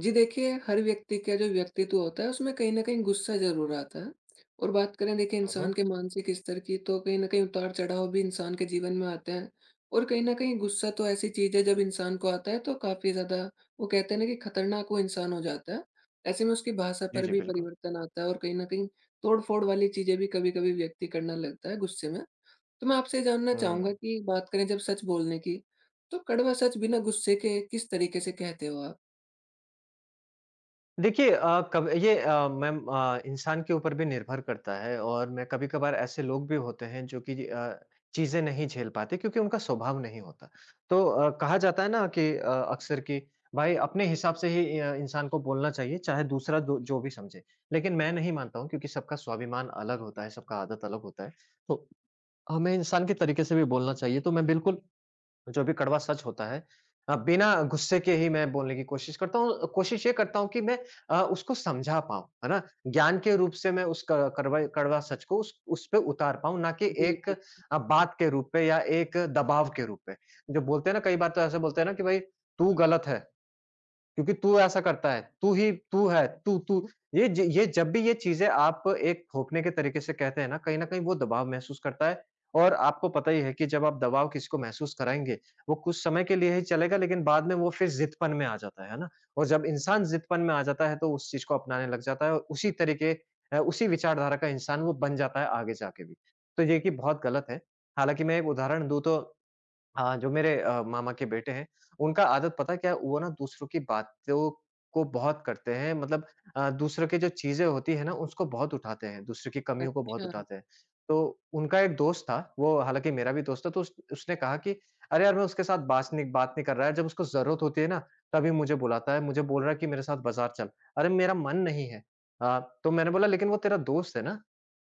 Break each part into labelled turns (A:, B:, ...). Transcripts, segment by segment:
A: जी देखिए, हर व्यक्ति का जो व्यक्तित्व होता है उसमें कहीं न कहीं गुस्सा ज़रूर आता है। और बात करें देखिए
B: हुँ, हुँ।
A: इंसान के मानसिक स्तर की तो कहीं न कहीं उतार-चढ़ाव भी इंसान के जीवन में आते हैं। और कहीं न कहीं गुस्सा तो ऐसी चीज़ है जब इंसान को आता है तो काफ़ी ज़्यादा वो कहते हैं ना कि खतरनाक वो इंसान हो जाता है। ऐसे में उसकी भाषा
B: जी,
A: पर
B: जी,
A: भी
B: बिल्कुल।
A: परिवर्तन आता है और कहीं न कहीं तोड़-फोड़ वाली चीज़ें भी कभी-कभी व्यक्ति करने लगता है गुस्से में। तो मैं आपसे जानना चाहूँगा
B: हुँ।
A: कि बात करें जब सच बोलने की, तो कड़वा सच बिना गुस्से के किस तरीके से कहते हो आप?
B: देखिए कब ये मैम इंसान के ऊपर भी निर्भर करता है और मैं कभी-कभार ऐसे लोग भी होते हैं जो कि चीज़ें नहीं झेल पाते क्योंकि उनका स्वभाव नहीं होता। तो कहा जाता है ना कि अक्सर कि भाई अपने हिसाब से ही इंसान को बोलना चाहिए, चाहे दूसरा दो जो भी समझे। लेकिन मैं नहीं मानता हूँ क्योंकि सबका स्वाभिमान अलग होता है, सबका आदत अलग होता है। तो हमें इंसान के तरीके से भी बोलना चाहिए। तो मैं बिल्कुल जो भी कड़वा सच होता है बिना गुस्से के ही मैं बोलने की कोशिश करता हूँ। कोशिश ये करता हूँ कि मैं उसको समझा पाऊँ, है ना? ज्ञान के रूप से मैं उस क कड़वा कड़वा सच को उस पे उतार पाऊँ, ना कि
A: बिल
B: एक बात के रूप पे या एक दबाव के रूप पे। जो बोलते हैं ना, कई बार तो ऐसे बोलते हैं ना कि भई, "तू गलत है।" क्योंकि तू ऐसा करता है, तू ही तू है, तू तू। ये जब भी ये चीज़ें आप एक थोपने के तरीके से कहते हैं ना, कहीं न कहीं वो दबाव महसूस करता है और आपको पता ही है कि जब आप दबाव किसी को महसूस कराएँगे, वो कुछ समय के लिए ही चलेगा लेकिन बाद में वो फिर ज़िदपन में आ जाता है ना? और जब इंसान ज़िदपन में आ जाता है तो उस चीज़ को अपनाने लग जाता है और उसी तरीके उसी विचारधारा का इंसान वो बन जाता है आगे जाके भी। तो ये कि बहुत गलत है। हालाँकि मैं एक उदाहरण दूँ तो हाँ, जो मेरे मामा के बेटे हैं, उनका आदत पता है क्या है? वो ना दूसरों की बातों को बहुत करते हैं मतलब दूसरों की जो चीज़ें होती हैं ना, उसको बहुत उठाते हैं, दूसरों की कमियों को बहुत
A: अच्छा,
B: उठाते हैं। तो उनका एक दोस्त था, वो हालाँकि मेरा भी दोस्त था, तो उस उसने कहा कि, "अरे यार, मैं उसके साथ बास नहीं बात नहीं कर रहा है, जब उसको ज़रूरत होती है ना, तभी मुझे बुलाता है, मुझे बोल रहा है कि मेरे साथ बाज़ार चल। अरे, मेरा मन नहीं है।" तो मैंने बोला, "लेकिन वो तेरा दोस्त है ना?"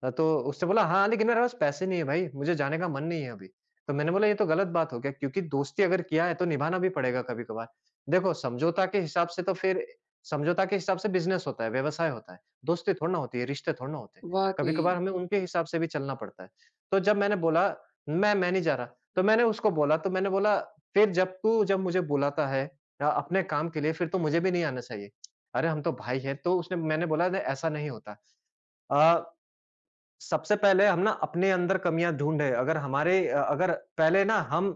B: तो उसने बोला, "हाँ, लेकिन मेरे पास पैसे नहीं है भाई, मुझे जाने का मन नहीं है अभी।" तो मैंने बोला ये तो गलत बात हो गया क्योंकि दोस्ती अगर किया है तो निभाना भी पड़ेगा कभी-कभार। देखो समझौता के हिसाब से तो फिर समझौता के हिसाब से बिज़नेस होता है, व्यवसाय होता है। दोस्ती थोड़ी ना होती है, रिश्ते थोड़ी ना होते हैं।
A: वाक़ई।
B: कभी-कभार हमें उनके हिसाब से भी चलना पड़ता है। तो जब मैंने बोला मैं नहीं जा रहा, तो मैंने उसको बोला तो मैंने बोला फिर जब मुझे बुलाता है अपने काम के लिए फिर तो मुझे भी नहीं आना चाहिए। अरे हम तो भाई हैं, तो उसने मैंने बोला नहीं ऐसा नहीं होता। अ सबसे पहले हम ना अपने अंदर कमियाँ ढूँढे। अगर अगर पहले ना हम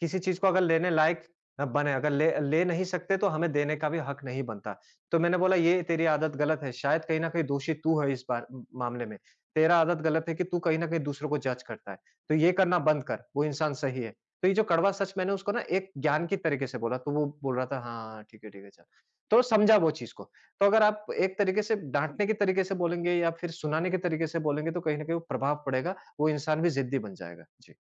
B: किसी चीज़ को अगर लेने लायक बने, अगर ले ले नहीं सकते तो हमें देने का भी हक नहीं बनता। तो मैंने बोला ये तेरी आदत गलत है, शायद कहीं न कहीं दोषी तू है इस बार म मामले में। तेरा आदत गलत है कि तू कहीं न कहीं दूसरों को जज करता है। तो ये करना बंद कर, वो इंसान सही है। तो ये जो कड़वा सच मैंने उसको ना एक ज्ञान की तरीके से बोला, तो वो बोल रहा था हाँ, हाँ, ठीक है, चल। तो समझा वो चीज़ को। तो अगर आप एक तरीके से डाँटने के तरीके से बोलेंगे या फिर सुनाने के तरीके से बोलेंगे तो कहीं न कहीं वो प्रभाव पड़ेगा, वो इंसान भी ज़िद्दी बन जाएगा। जी,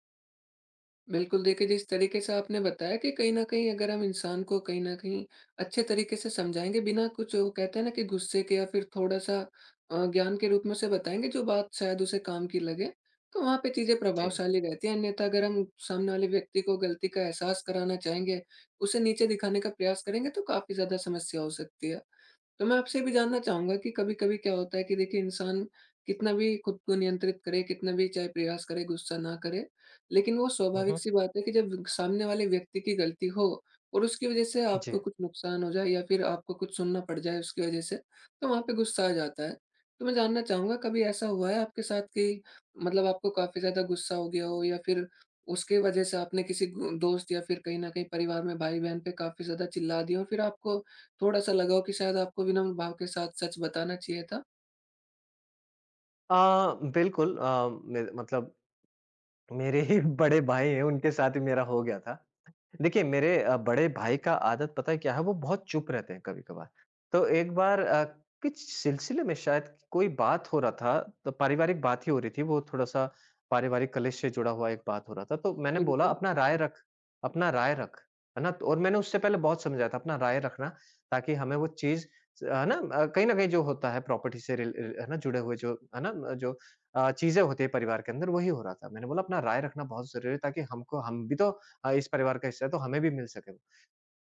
A: बिल्कुल, देखिए जिस तरीके से आपने बताया कि कहीं न कहीं अगर हम इंसान को कहीं न कहीं अच्छे तरीके से समझाएँगे बिना कुछ वो कहते हैं ना कि गुस्से के या फिर थोड़ा-सा ज्ञान के रूप में उसे बताएँगे जो बात शायद उसे काम की लगे, तो वहाँ पे चीज़ें
B: जी।
A: प्रभावशाली रहती हैं। अन्यथा अगर हम सामने वाले व्यक्ति को गलती का एहसास कराना चाहेंगे, उसे नीचे दिखाने का प्रयास करेंगे तो काफ़ी ज़्यादा समस्या हो सकती है। तो मैं आपसे ये भी जानना चाहूँगा कि कभी-कभी क्या होता है कि देखिए इंसान कितना भी खुद को नियंत्रित करे, कितना भी चाहे प्रयास करे, गुस्सा ना करे, लेकिन वो
B: हुँ, हुँ।
A: स्वाभाविक-सी बात है कि जब सामने वाले व्यक्ति की गलती हो और उसकी वज़ह से
B: जी।
A: आपको कुछ नुकसान हो जाए या फिर आपको कुछ सुनना पड़ जाए उसकी वज़ह से, तो वहाँ पे गुस्सा आ जाता है। तो मैं जानना चाहूँगा कभी ऐसा हुआ है आपके साथ कि मतलब आपको काफ़ी ज़्यादा गुस्सा हो गया हो या फिर उसके वज़ह से आपने किसी गु दोस्त या फिर कहीं न कहीं परिवार में भाई-बहन पे काफ़ी ज़्यादा चिल्ला दिया हो, फिर आपको थोड़ा-सा लगा हो कि शायद आपको विनम्र भाव के साथ सच बताना चाहिए था।
B: अ, बिल्कुल मे मतलब मेरे ही बड़े भाई हैं, उनके साथ ही मेरा हो गया था। देखिए, मेरे बड़े भाई का आदत पता है क्या है? वो बहुत चुप रहते हैं कभी-कभार। तो एक बार किस सिलसिले में शायद कोई बात हो रहा था, तो पारिवारिक बात ही हो रही थी। वो थोड़ा-सा पारिवारिक कलेश से जुड़ा हुआ एक बात हो रहा था। तो मैंने बोला,
A: बिल्कुल,
B: "अपना राय रख, अपना राय रख।" है ना? और मैंने उससे पहले बहुत समझाया था, "अपना राय रखना, ताकि हमें वो चीज़ स" है ना? कहीं न कहीं जो होता है प्रॉपर्टी से है ना? जुड़े हुए जो है ना? जो चीज़ें होती हैं परिवार के अंदर, वही हो रहा था। मैंने बोला, "अपना राय रखना बहुत ज़रूरी है, ताकि हमको हम भी तो इस परिवार का हिस्सा है तो हमें भी मिल सके वो।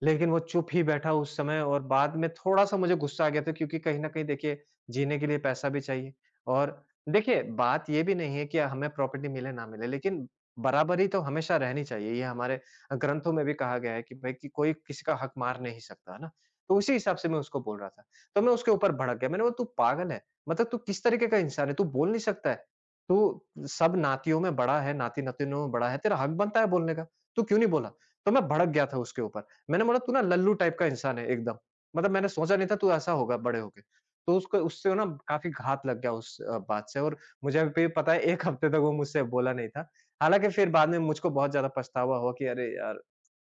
B: लेकिन वो चुप ही बैठा उस समय और बाद में थोड़ा-सा मुझे गुस्सा आ गया था क्योंकि कहीं न कहीं देखिए जीने के लिए पैसा भी चाहिए और देखिए बात ये भी नहीं है कि हमें प्रॉपर्टी मिले ना मिले लेकिन बराबरी तो हमेशा रहनी चाहिए। ये हमारे ग्रंथों में भी कहा गया है कि भाई कि कोई किसी का हक मार नहीं सकता, है ना? तो उसी हिसाब से मैं उसको बोल रहा था। तो मैं उसके ऊपर भड़क गया। मैंने बोला तू पागल है, मतलब तू किस तरीके का इंसान है? तू बोल नहीं सकता है। तू सब नातियों में बड़ा है, नाती-नातिनों में बड़ा है, तेरा हक बनता है बोलने का। तू क्यों नहीं बोला? तो मैं भड़क गया था उसके ऊपर। मैंने बोला तू ना लल्लू टाइप का इंसान है एकदम। मतलब मैंने सोचा नहीं था तू ऐसा होगा बड़े होके। तो उसको उससे ना काफ़ी घात लग गया उस बात से और मुझे अभी भी पता है 1 हफ्ते तक वो मुझसे बोला नहीं था। हालाँकि फिर बाद में मुझको बहुत ज़्यादा पछतावा हुआ कि अरे यार!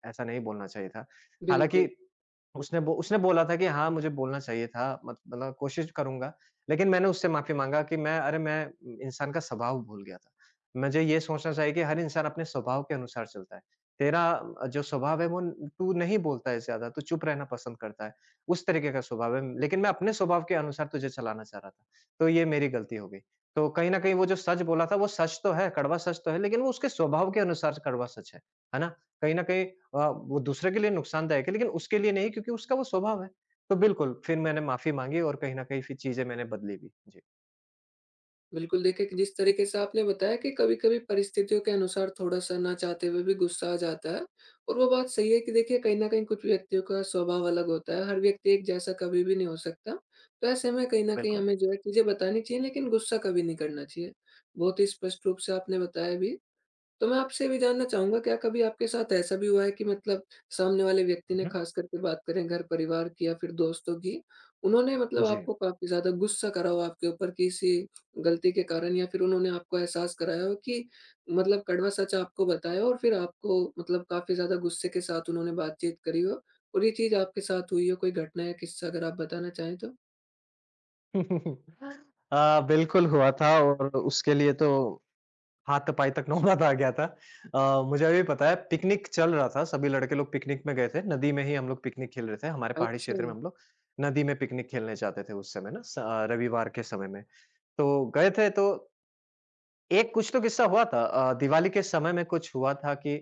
B: ऐसा नहीं बोलना चाहिए था। हालाँकि
A: बिल्कुल।
B: उसने बोला था कि हाँ, मुझे बोलना चाहिए था मत मतलब कोशिश करूँगा। लेकिन मैंने उससे माफ़ी माँगा कि मैं अरे मैं इंसान का स्वभाव भूल गया था। मुझे ये सोचना चाहिए कि हर इंसान अपने स्वभाव के अनुसार चलता है। तेरा जो स्वभाव है वो न तू नहीं बोलता है ज़्यादा, तू चुप रहना पसंद करता है। उस तरीके का स्वभाव है, लेकिन मैं अपने स्वभाव के अनुसार तुझे चलाना चाह रहा था। तो ये मेरी गलती हो गई। तो कहीं न कहीं वो जो सच बोला था वो सच तो है, कड़वा सच तो है लेकिन वो उसके स्वभाव के अनुसार कड़वा सच है। है ना? कहीं न कहीं वो दूसरे के लिए नुकसानदायक है लेकिन उसके लिए नहीं क्योंकि उसका वो स्वभाव है। तो बिल्कुल, फिर मैंने माफ़ी माँगी और कहीं न कहीं फिर चीज़ें मैंने बदली भी। जी,
A: बिल्कुल, देखिए कि जिस तरीके से आपने बताया कि कभी-कभी परिस्थितियों के अनुसार थोड़ा-सा ना चाहते हुए भी गुस्सा आ जाता है और वो बात सही है कि देखिए कहीं न कहीं कुछ व्यक्तियों का स्वभाव अलग होता है, हर व्यक्ति एक जैसा कभी भी नहीं हो सकता। तो ऐसे में कहीं न कहीं
B: बिल्कुल।
A: हमें जो है चीज़ें बतानी चाहिए लेकिन गुस्सा कभी नहीं करना चाहिए। बहुत ही स्पष्ट रूप से आपने बताया भी। तो मैं आपसे ये भी जानना चाहूँगा, क्या कभी आपके साथ ऐसा भी हुआ है कि मतलब सामने वाले व्यक्ति
B: हुँ,
A: ने
B: हुँ।
A: ख़ास करके बात करें घर परिवार की या फिर दोस्तों की, उन्होंने मतलब
B: जी।
A: आपको काफ़ी ज़्यादा गुस्सा करा हो आपके ऊपर किसी गलती के कारण या फिर उन्होंने आपको एहसास कराया हो कि मतलब कड़वा सच आपको बताया हो और फिर आपको मतलब काफ़ी ज़्यादा गुस्से के साथ उन्होंने बातचीत करी हो और ये चीज़ आपके साथ हुई हो, कोई घटना या किस्सा अगर आप बताना चाहें तो?
B: बिल्कुल हुआ था और उसके लिए तो हाथ-पाई तक नौबत आ गया था। मुझे अभी पता है पिकनिक चल रहा था, सभी लड़के लोग पिकनिक में गए थे, नदी में ही हम लोग पिकनिक खेल रहे थे। हमारे पहाड़ी
A: अच्छा,
B: क्षेत्र में हम लोग नदी में पिकनिक खेलने जाते थे उस समय रविवार के समय में। तो गए थे तो एक कुछ तो किस्सा हुआ था दिवाली के समय में कुछ हुआ था कि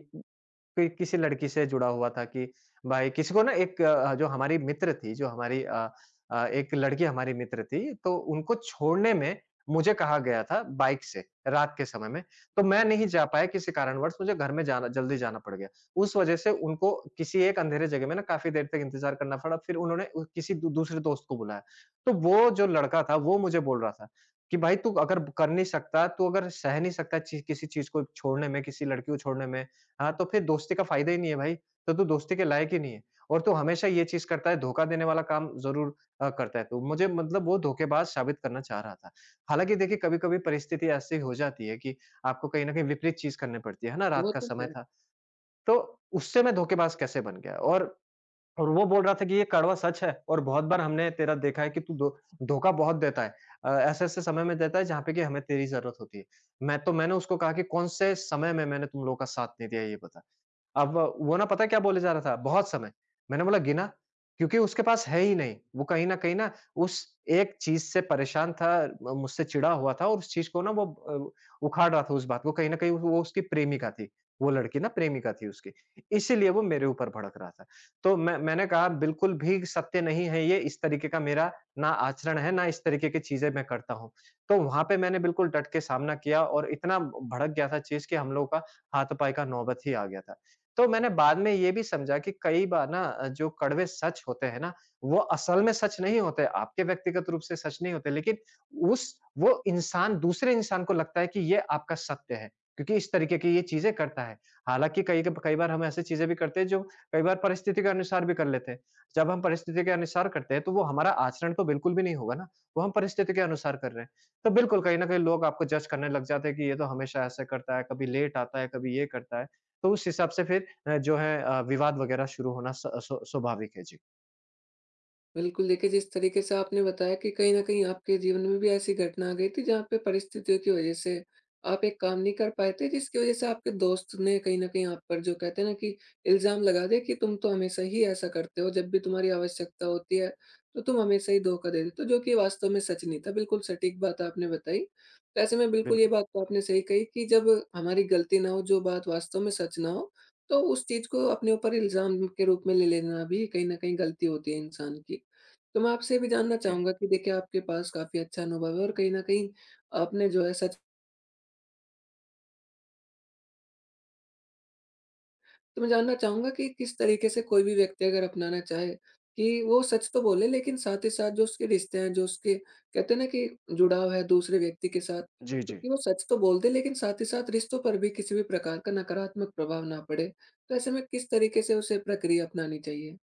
B: कोई किसी लड़की से जुड़ा हुआ था कि भाई किसी को ना एक जो हमारी मित्र थी जो हमारी एक लड़की हमारी मित्र थी तो उनको छोड़ने में मुझे कहा गया था बाइक से रात के समय में तो मैं नहीं जा पाया किसी कारणवश मुझे घर में जाना जल्दी जाना पड़ गया उस वजह से उनको किसी एक अंधेरे जगह में ना काफी देर तक इंतजार करना पड़ा फिर उन्होंने किसी दूसरे दोस्त को बुलाया तो वो जो लड़का था वो मुझे बोल रहा था कि भाई तू अगर कर नहीं सकता तू अगर सह नहीं सकता किसी चीज को छोड़ने में किसी लड़की को छोड़ने में हाँ, तो फिर दोस्ती का फ़ायदा ही नहीं है भाई, तो तू दोस्ती के लायक ही नहीं है और तू हमेशा ये चीज़ करता है, धोखा देने वाला काम ज़रूर करता है तू। मुझे मतलब वो धोखेबाज़ साबित करना चाह रहा था। हालाँकि देखिए, कभी-कभी परिस्थिति ऐसी हो जाती है कि आपको कहीं न कहीं विपरीत चीज़ करनी पड़ती है ना? रात
A: वो
B: का
A: तो
B: समय
A: है।
B: था, तो उससे मैं धोखेबाज़ कैसे बन गया और वो बोल रहा था कि ये कड़वा सच है और बहुत बार हमने तेरा देखा है कि तू धो धोखा बहुत देता है। ऐसे-ऐसे समय में देता है जहाँ पे कि हमें तेरी ज़रूरत होती है। मैं तो मैंने उसको कहा कि, "कौन से समय में मैंने तुम लोगों का साथ नहीं दिया ये बताओ।" अब वो ना पता है क्या बोले जा रहा था? बहुत समय। मैंने बोला गिना? क्योंकि उसके पास है ही नहीं। वो कहीं न कहीं ना उस एक चीज़ से परेशान था, म मुझसे चिढ़ा हुआ था और उस चीज़ को ना वो उखाड़ रहा था उस बात को। कहीं न कहीं वो उसकी प्रेमिका थी। वो लड़की ना प्रेमिका थी उसकी। इसीलिए वो मेरे ऊपर भड़क रहा था। तो मैंने कहा बिल्कुल भी सत्य नहीं है ये, इस तरीके का मेरा ना आचरण है, ना इस तरीके की चीज़ें मैं करता हूँ। तो वहाँ पे मैंने बिल्कुल डट के सामना किया और इतना भड़क गया था चीज़ कि हम लोगों का हाथापाई का नौबत ही आ गया था। तो मैंने बाद में ये भी समझा कि कई बार ना जो कड़वे सच होते हैं ना, वो असल में सच नहीं होते, आपके व्यक्तिगत रूप से सच नहीं होते, लेकिन उस वो इंसान दूसरे इंसान को लगता है कि ये आपका सत्य है, क्योंकि इस तरीके की ये चीज़ें करता है। हालाँकि कई बार हम ऐसी चीज़ें भी करते हैं जो कई बार परिस्थिति के अनुसार भी कर लेते हैं। जब हम परिस्थिति के अनुसार करते हैं, तो वो हमारा आचरण तो बिल्कुल भी नहीं होगा ना, वो हम परिस्थिति के अनुसार कर रहे हैं। तो बिल्कुल कहीं न कहीं लोग आपको जज करने लग जाते हैं कि ये तो हमेशा ऐसे करता है, कभी लेट आता है, कभी ये करता है। तो उस हिसाब से फिर जो है विवाद वगैरह शुरू होना स स्व स्वाभाविक है। जी,
A: बिल्कुल, देखिए जिस तरीके से आपने बताया कि कहीं न कहीं आपके जीवन में भी ऐसी घटना आ गई थी जहाँ पे परिस्थितियों की वज़ह से आप एक काम नहीं कर पाए थे जिसकी वज़ह से आपके दोस्त ने कहीं न कहीं आप पर जो कहते हैं ना कि इल्ज़ाम लगा दिया कि तुम तो हमेशा ही ऐसा करते हो, जब भी तुम्हारी आवश्यकता होती है, तो तुम हमेशा ही धोखा दे देते हो, जो कि वास्तव में सच नहीं था। बिल्कुल सटीक बात आपने बताई। तो ऐसे में बिल्कुल ये
B: बिल्कुल।
A: बात तो आपने सही कही कि जब हमारी गलती ना हो, जो बात वास्तव में सच ना हो, तो उस चीज़ को अपने ऊपर इल्ज़ाम के रूप में ले लेना भी कहीं न कहीं गलती होती है इंसान की। तो मैं आपसे ये भी जानना
B: जी।
A: चाहूँगा कि देखिए आपके पास काफ़ी अच्छा अनुभव है और कहीं न कहीं आपने जो है सच, तो मैं जानना चाहूँगा कि किस तरीके से कोई भी व्यक्ति अगर अपनाना चाहे कि वो सच तो बोले लेकिन साथ ही साथ जो उसके रिश्ते हैं, जो उसके कहते हैं ना कि जुड़ाव है दूसरे व्यक्ति के साथ,
B: जी,
A: तो
B: जी।
A: कि वो सच तो बोल दे लेकिन साथ ही साथ रिश्तों पर भी किसी भी प्रकार का नकारात्मक प्रभाव ना पड़े। तो ऐसे में किस तरीके से उसे प्रक्रिया अपनानी चाहिए?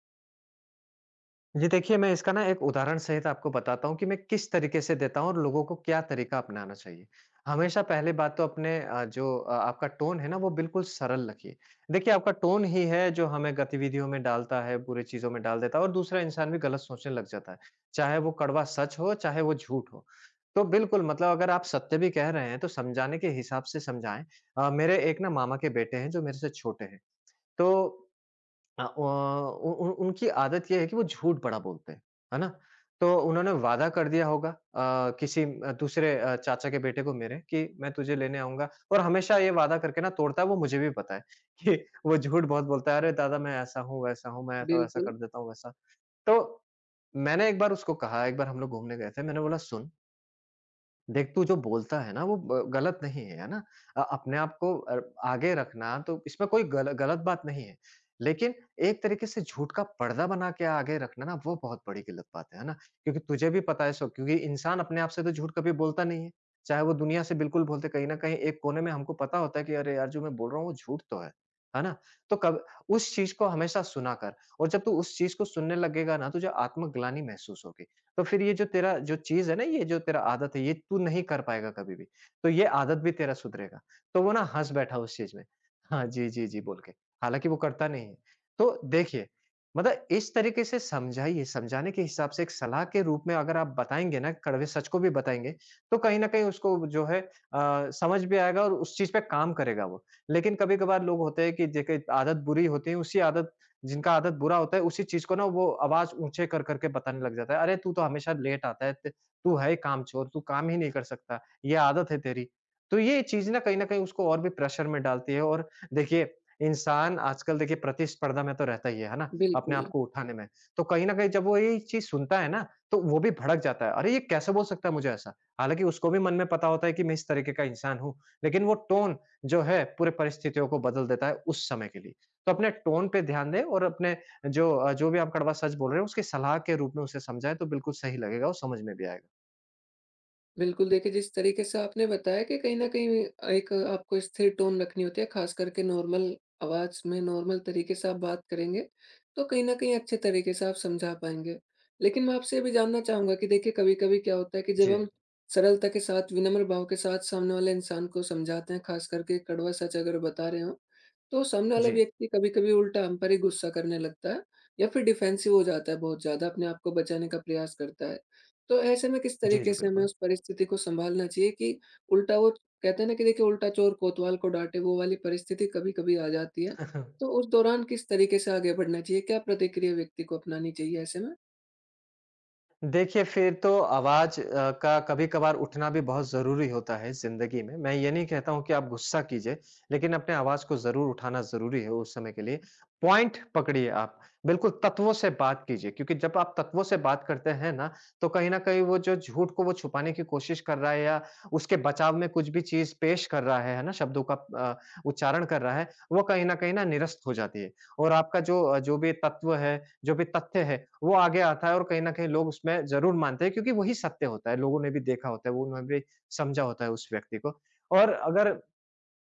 B: जी देखिए, मैं इसका ना एक उदाहरण सहित आपको बताता हूँ कि मैं किस तरीके से देता हूँ और लोगों को क्या तरीका अपनाना चाहिए। हमेशा पहली बात तो अपने आपका टोन है ना वो बिल्कुल सरल रखिए। देखिए आपका टोन ही है जो हमें गतिविधियों में डालता है, बुरी चीज़ों में डाल देता है और दूसरा इंसान भी गलत सोचने लग जाता है। चाहे वो कड़वा सच हो, चाहे वो झूठ हो। तो बिल्कुल मतलब अगर आप सत्य भी कह रहे हैं तो समझाने के हिसाब से समझाएँ। मेरे एक ना मामा के बेटे हैं जो मेरे से छोटे हैं। तो अ, व उन उन उनकी आदत ये है कि वो झूठ बड़ा बोलते हैं, है ना? तो उन्होंने वादा कर दिया होगा किसी दूसरे चाचा के बेटे को मेरे कि मैं तुझे लेने आऊँगा और हमेशा ये वादा करके ना तोड़ता है, वो मुझे भी पता है कि वो झूठ बहुत बोलता है, "अरे दादा मैं ऐसा हूँ, वैसा हूँ, मैं तो ऐसा
A: बिल्कुल,
B: कर देता हूँ, वैसा।" तो मैंने एक बार उसको कहा, एक बार हम लोग घूमने गए थे, मैंने बोला सुन देख तू जो बोलता है ना वो ब गलत नहीं है, है ना? अपने आप को आगे रखना तो इसमें कोई गल गलत बात नहीं है। लेकिन एक तरीके से झूठ का पर्दा बना के आगे रखना ना वो बहुत बड़ी गलत बात है ना? क्योंकि तुझे भी पता है सो क्योंकि इंसान अपने आप से तो झूठ कभी बोलता नहीं है। चाहे वो दुनिया से बिल्कुल बोलते कहीं न कहीं एक कोने में हमको पता होता है कि अरे यार जो मैं बोल रहा हूँ वो झूठ तो है। है ना? तो कब उस चीज़ को हमेशा सुना कर और जब तू उस चीज़ को सुनने लगेगा ना तुझे आत्मग्लानि महसूस होगी। तो फिर ये जो तेरा जो चीज़ है ना, ये जो तेरा आदत है, ये तू नहीं कर पाएगा कभी भी। तो ये आदत भी तेरा सुधरेगा। तो वो ना हँस बैठा उस चीज़ में। हाँ, जी, जी, जी बोल के। हालाँकि वो करता नहीं है। तो देखिए, मतलब इस तरीके से समझाइए, समझाने के हिसाब से एक सलाह के रूप में अगर आप बताएँगे ना, कड़वे सच को भी बताएँगे, तो कहीं न कहीं उसको जो है समझ भी आएगा और उस चीज़ पे काम करेगा वो। लेकिन कभी-कभार लोग होते हैं कि देखिए आदत बुरी होती है, उसी आदत जिनका आदत बुरा होता है उसी चीज़ को ना वो आवाज़ ऊँचे कर कर के बताने लग जाता है, "अरे! तू तो हमेशा लेट आता है, त तू है ही कामचोर, तू काम ही नहीं कर सकता, ये आदत है तेरी।" तो ये चीज़ ना कहीं न कहीं उसको और भी प्रेशर में डालती है और देखिए, इंसान आजकल देखिए प्रतिस्पर्धा में तो रहता ही है ना? अपने
A: बिल्कुल।
B: आप को उठाने में। तो कहीं न कहीं जब वो ये चीज़ सुनता है ना, तो वो भी भड़क जाता है, "अरे! ये कैसे बोल सकता है मुझे ऐसा?" हालाँकि उसको भी मन में पता होता है कि मैं इस तरीके का इंसान हूँ, लेकिन वो टोन जो है पूरे परिस्थितियों को बदल देता है उस समय के लिए। तो अपने टोन पे ध्यान दें और अपने जो भी आप कड़वा सच बोल रहे हो, उसकी सलाह के रूप में उसे समझाएँ, तो बिल्कुल सही लगेगा और समझ में भी आएगा।
A: बिल्कुल, देखिए जिस तरीके से आपने बताया कि कहीं न कहीं एक आपको स्थिर टोन रखनी होती है, ख़ास करके नॉर्मल आवाज़ में नॉर्मल तरीके से आप बात करेंगे, तो कहीं न कहीं अच्छे तरीके से आप समझा पाएँगे। लेकिन मैं आपसे ये भी जानना चाहूँगा कि देखिए कभी-कभी क्या होता है कि जब
B: जी।
A: हम सरलता के साथ, विनम्र भाव के साथ सामने वाले इंसान को समझाते हैं, ख़ास करके कड़वा सच अगर बता रहे हों, तो सामने वाला
B: जी।
A: व्यक्ति कभी-कभी उल्टा हम पर ही गुस्सा करने लगता है या फिर डिफेंसिव हो जाता है बहुत ज़्यादा, अपने आप को बचाने का प्रयास करता है। तो ऐसे में किस
B: जी,
A: तरीके
B: जी,
A: से हमें
B: बिल्कुल।
A: उस परिस्थिति को सँभालना चाहिए कि उल्टा वो कहते हैं ना कि देखिए उल्टा चोर कोतवाल को डाँटे, वो वाली परिस्थिति कभी-कभी आ जाती है। तो उस दौरान किस तरीके से आगे बढ़ना चाहिए? क्या प्रतिक्रिया व्यक्ति को अपनानी चाहिए ऐसे में?
B: देखिए, फिर तो आवाज़ का कभी-कभार उठना भी बहुत ज़रूरी होता है ज़िंदगी में। मैं ये नहीं कहता हूँ कि आप गुस्सा कीजिए, लेकिन अपने आवाज़ को ज़रूर उठाना ज़रूरी है उस समय के लिए। पॉइंट पकड़िए आप, बिल्कुल तत्वों से बात कीजिए क्योंकि जब आप तत्वों से बात करते हैं ना, तो कहीं न कहीं वो जो झूठ को वो छुपाने की कोशिश कर रहा है या उसके बचाव में कुछ भी चीज़ पेश कर रहा है ना? शब्दों का उच्चारण कर रहा है, वो कहीं न कहीं ना निरस्त हो जाती है। और आपका जो भी तत्व है, जो भी तथ्य है, वो आगे आता है और कहीं न कहीं लोग उसमें ज़रूर मानते हैं क्योंकि वही सत्य होता है। लोगों ने भी देखा होता है, वो उन्होंने भी समझा होता है उस व्यक्ति को। और अगर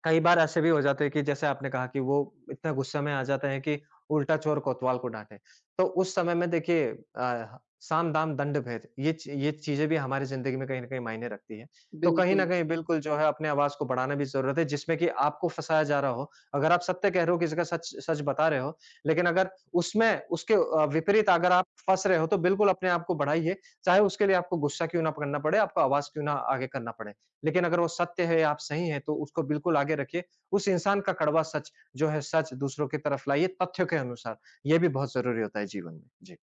B: कई बार ऐसे भी हो जाते हैं कि जैसे आपने कहा कि वो इतना गुस्से में आ जाते हैं कि उल्टा चोर कोतवाल को डांटे। तो उस समय में देखिए साम-दाम, दंड-भेद ये चीज़ें भी हमारी ज़िंदगी में कहीं न कहीं मायने रखती हैं। तो कहीं न
A: बिल्कुल।
B: कहीं बिल्कुल जो है अपने आवाज़ को बढ़ाना भी ज़रूरत है जिसमें कि आपको फँसाया जा रहा हो। अगर आप सत्य कह रहे हो, किसी का सच सच बता रहे हो, लेकिन अगर उसमें उसके विपरीत अगर आप फँस रहे हो तो बिल्कुल अपने आप को बढ़ाइए, चाहे उसके लिए आपको गुस्सा क्यों ना करना पड़े, आपको आवाज़ क्यों ना आगे करना पड़े। लेकिन अगर वो सत्य है, आप सही हैं, तो उसको बिल्कुल आगे रखिए। उस इंसान का कड़वा सच जो है, सच दूसरों की तरफ लाइए तथ्यों के अनुसार। ये भी बहुत ज़रूरी होता है जीवन में। जी,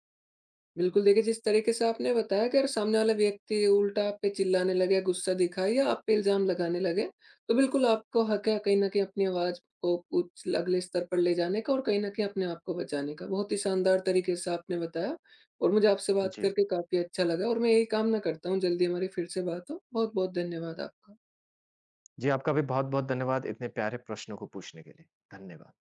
A: बिल्कुल, देखिए जिस तरीके से आपने बताया कि अगर सामने वाला व्यक्ति उल्टा आप पे चिल्लाने लगे, गुस्सा दिखाए या आप पे इल्ज़ाम लगाने लगे, तो बिल्कुल आपको हक है कहीं न कहीं अपनी आवाज़ को उच अगले स्तर पर ले जाने का और कहीं न कहीं अपने आप को बचाने का। बहुत ही शानदार तरीके से आपने बताया और मुझे आपसे बात
B: जी।
A: करके काफ़ी अच्छा लगा और मैं यही कामना करता हूँ जल्दी हमारी फिर से बात हो। बहुत-बहुत धन्यवाद आपका।
B: जी, आपका भी बहुत-बहुत धन्यवाद इतने प्यारे प्रश्नों को पूछने के लिए। धन्यवाद।